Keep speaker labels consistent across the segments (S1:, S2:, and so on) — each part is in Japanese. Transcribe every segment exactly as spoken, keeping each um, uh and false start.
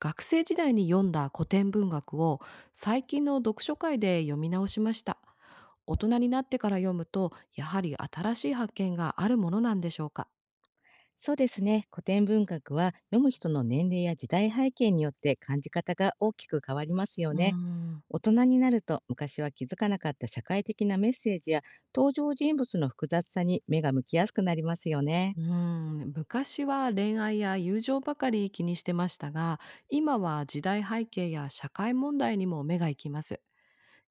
S1: 学生時代に読んだ古典文学を最近の読書会で読み直しました。大人になってから読むと、やはり新しい発見があるものなんでしょうか。
S2: そうですね。古典文学は読む人の年齢や時代背景によって感じ方が大きく変わりますよ
S1: うー
S2: ね。
S1: ん。
S2: 大人になると昔は気づかなかった社会的なメッセージや登場人物の複雑さに目が向きやすくなりますよね。
S1: うーん昔は恋愛や友情ばかり気にしてましたが、今は時代背景や社会問題にも目が行きます。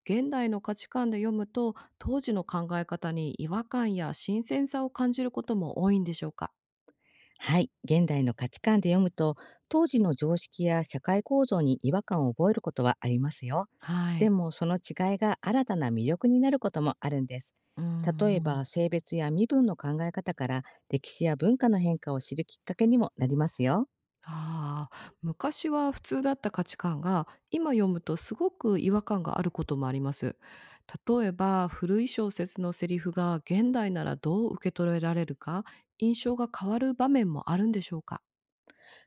S1: 現代の価値観で読むと当時の考え方に違和感や新鮮さを感じることも多いんでしょうか？
S2: はい、現代の価値観で読むと、当時の常識や社会構造に違和感を覚えることはありますよ。
S1: は
S2: で
S1: い。
S2: も、その違いが新たな魅力になることもあるんです。
S1: うー
S2: 例え
S1: ん
S2: ば、性別や身分の考え方から歴史や文化の変化を知るきっかけにもなりますよ。
S1: ああ、昔は普通だった価値観が今読むとすごく違和感があることもあります。例えば古い小説のセリフが現代ならどう受け取れられるか、印象が変わる場面もあるんでしょうか？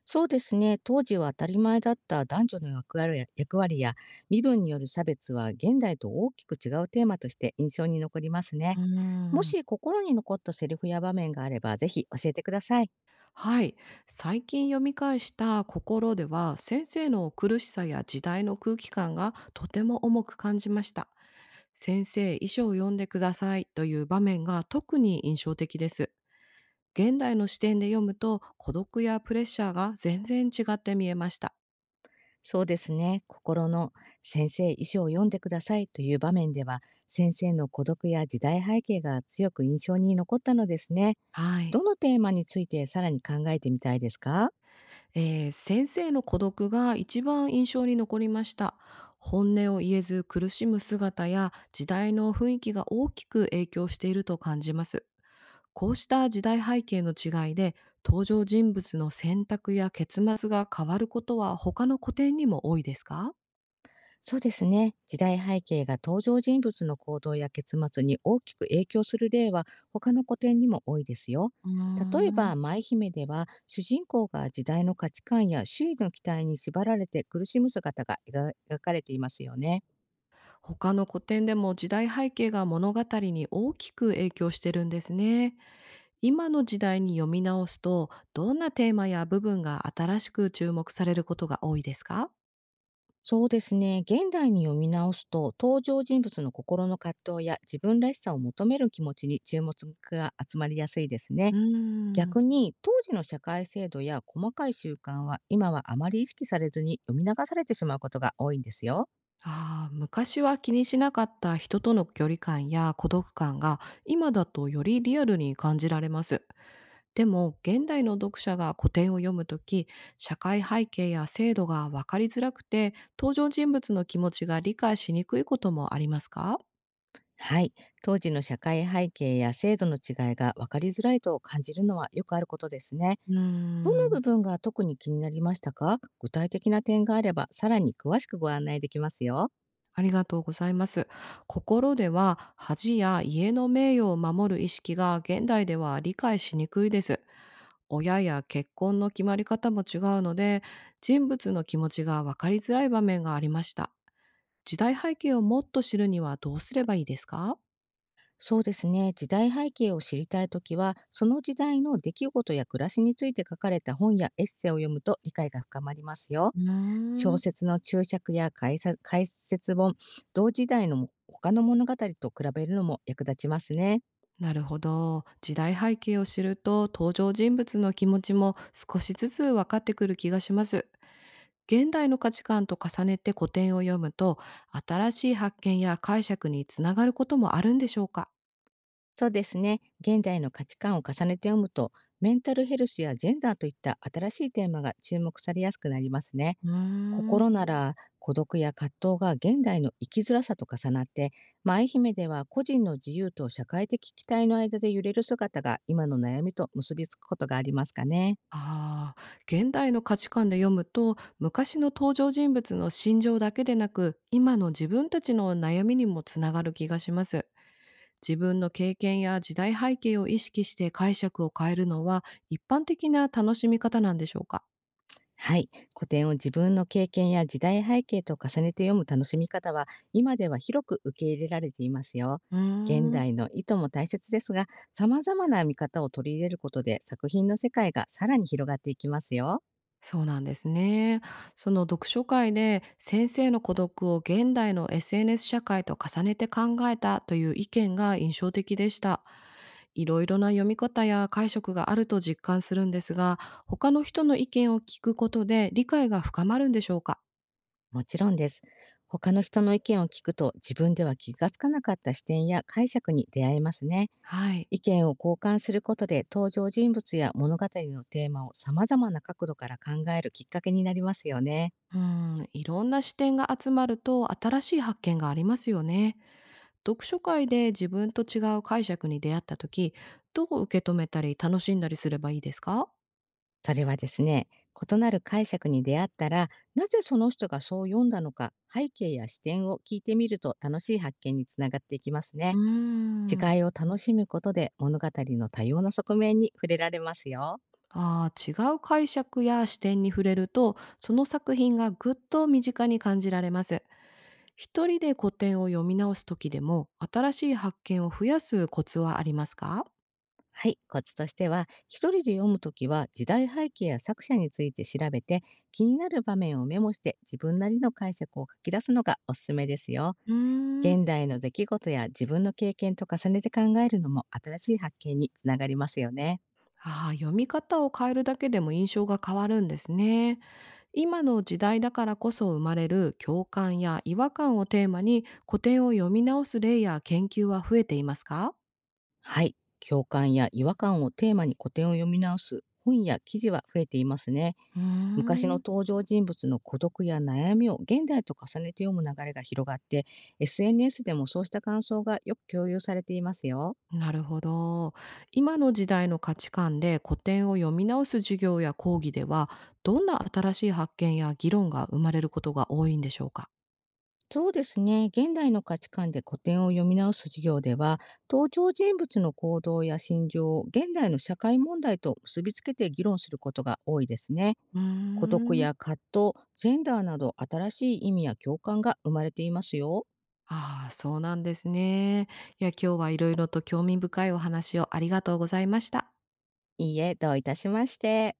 S2: そうですね、当時は当たり前だった男女の役割や役割や身分による差別は現代と大きく違うテーマとして印象に残ります
S1: う
S2: ね。
S1: ー
S2: も
S1: ん、
S2: し心に残ったセリフや場面があれば、ぜひ教えてください。
S1: はい、最近読み返した「心」では先生の苦しさや時代の空気感がとても重く感じました。先生、遺書を読んでくださいという場面が特に印象的です。現代の視点で読むと孤独やプレッシャーが全然違って見えました。
S2: そうですね。心の先生、遺書を読んでくださいという場面では、先生の孤独や時代背景が強く印象に残ったのですね。
S1: はい。
S2: どのテーマについてさらに考えてみたいですか？
S1: えー先生の孤独が一番印象に残りました。本音を言えず苦しむ姿や時代の雰囲気が大きく影響していると感じます。こうした時代背景の違いで登場人物の選択や結末が変わることは他の古典にも多いですか？
S2: そうですね。時代背景が登場人物の行動や結末に大きく影響する例は他の古典にも多いですよ。
S1: うー
S2: 例え
S1: ん
S2: ば、舞姫では、主人公が時代の価値観や周囲の期待に縛られて苦しむ姿が描描かれていますよね。
S1: 他の古典でも時代背景が物語に大きく影響してるんですね。今の時代に読み直すと、どんなテーマや部分が新しく注目されることが多いですか？
S2: そうですね。現代に読み直すと、登場人物の心の葛藤や自分らしさを求める気持ちに注目が集まりやすいです
S1: う
S2: ね。
S1: ーん。
S2: 逆に、当時の社会制度や細かい習慣は、今はあまり意識されずに読み流されてしまうことが多いんですよ。
S1: ああ、昔は気にしなかった人との距離感や孤独感が、今だとよりリアルに感じられます。でも、現代の読者が古典を読むとき、社会背景や制度が分かりづらくて、登場人物の気持ちが理解しにくいこともありますか？
S2: はい。当時の社会背景や制度の違いが分かりづらいと感じるのはよくあることですね。
S1: うー
S2: どの部
S1: ん。
S2: 分が特に気になりましたか？具体的な点があれば、さらに詳しくご案内できますよ。
S1: ありがとうございます。心では恥や家の名誉を守る意識が現代では理解しにくいです。親や結婚の決まり方も違うので、人物の気持ちが分かりづらい場面がありました。時代背景をもっと知るにはどうすればいいですか？
S2: そうですね。時代背景を知りたいときは、その時代の出来事や暮らしについて書かれた本やエッセイを読むと理解が深まりますよ。
S1: うー
S2: 小
S1: ん。
S2: 説の注釈や解さ解説本、同時代の他の物語と比べるのも役立ちますね。
S1: なるほど。時代背景を知ると登場人物の気持ちも少しずつ分かってくる気がします。現代の価値観と重ねて古典を読むと、新しい発見や解釈につながることもあるんでしょうか？
S2: そうですね。現代の価値観を重ねて読むと、メンタルヘルスやジェンダーといった新しいテーマが注目されやすくなりますね。
S1: うーん
S2: 心なら孤独や葛藤が現代の生きづらさと重なって、まあ、愛媛では個人の自由と社会的期待の間で揺れる姿が今の悩みと結びつくことがありますかね。
S1: ああ、現代の価値観で読むと、昔の登場人物の心情だけでなく、今の自分たちの悩みにもつながる気がします。自分の経験や時代背景を意識して解釈を変えるのは、一般的な楽しみ方なんでしょうか？
S2: はい。古典を自分の経験や時代背景と重ねて読む楽しみ方は、今では広く受け入れられていますよ。
S1: うー
S2: 現
S1: ん。
S2: 代の意図も大切ですが、様々な見方を取り入れることで作品の世界がさらに広がっていきますよ。
S1: そうなんですね。その読書会で先生の孤独を現代の エスエヌエス 社会と重ねて考えたという意見が印象的でした。いろいろな読み方や解釈があると実感するんですが、他の人の意見を聞くことで理解が深まるんでしょうか？
S2: もちろんです。他の人の意見を聞くと自分では気がつかなかった視点や解釈に出会えますね。
S1: はい。
S2: 意見を交換することで登場人物や物語のテーマを様々な角度から考えるきっかけになりますよね。
S1: うん、いろんな視点が集まると新しい発見がありますよね。読書会で自分と違う解釈に出会った時、どう受け止めたり楽しんだりすればいいですか？
S2: それはですね、異なる解釈に出会ったら、なぜその人がそう読んだのか、背景や視点を聞いてみると楽しい発見につながっていきます
S1: うー
S2: ね。
S1: ん。
S2: 違いを楽しむことで物語の多様な側面に触れられますよ。
S1: ああ、違う解釈や視点に触れると、その作品がぐっと身近に感じられます。一人で古典を読み直す時でも、新しい発見を増やすコツはありますか？
S2: はい、コツとしては、一人で読むときは時代背景や作者について調べて、気になる場面をメモして自分なりの解釈を書き出すのがおすすめですよ。
S1: うーん。
S2: 現代の出来事や自分の経験と重ねて考えるのも新しい発見につながりますよね。
S1: ああ、読み方を変えるだけでも印象が変わるんですね。今の時代だからこそ生まれる共感や違和感をテーマに古典を読み直す例や研究は増えていますか？
S2: はい、共感や違和感をテーマに古典を読み直す本や記事は増えていますね。
S1: うー
S2: 昔の
S1: ん。
S2: 登場人物の孤独や悩みを現代と重ねて読む流れが広がって、エスエヌエス でもそうした感想がよく共有されていますよ。
S1: なるほど。今の時代の価値観で古典を読み直す授業や講義では、どんな新しい発見や議論が生まれることが多いんでしょうか？
S2: そうですね。現代の価値観で古典を読み直す授業では、登場人物の行動や心情を現代の社会問題と結びつけて議論することが多いですね。
S1: うー
S2: 孤独
S1: ん、
S2: や葛藤、ジェンダーなど新しい意味や共感が生まれていますよ。
S1: ああ、そうなんですね。いや、今日はいろいろと興味深いお話をありがとうございました。
S2: いいえ、どういたしまして。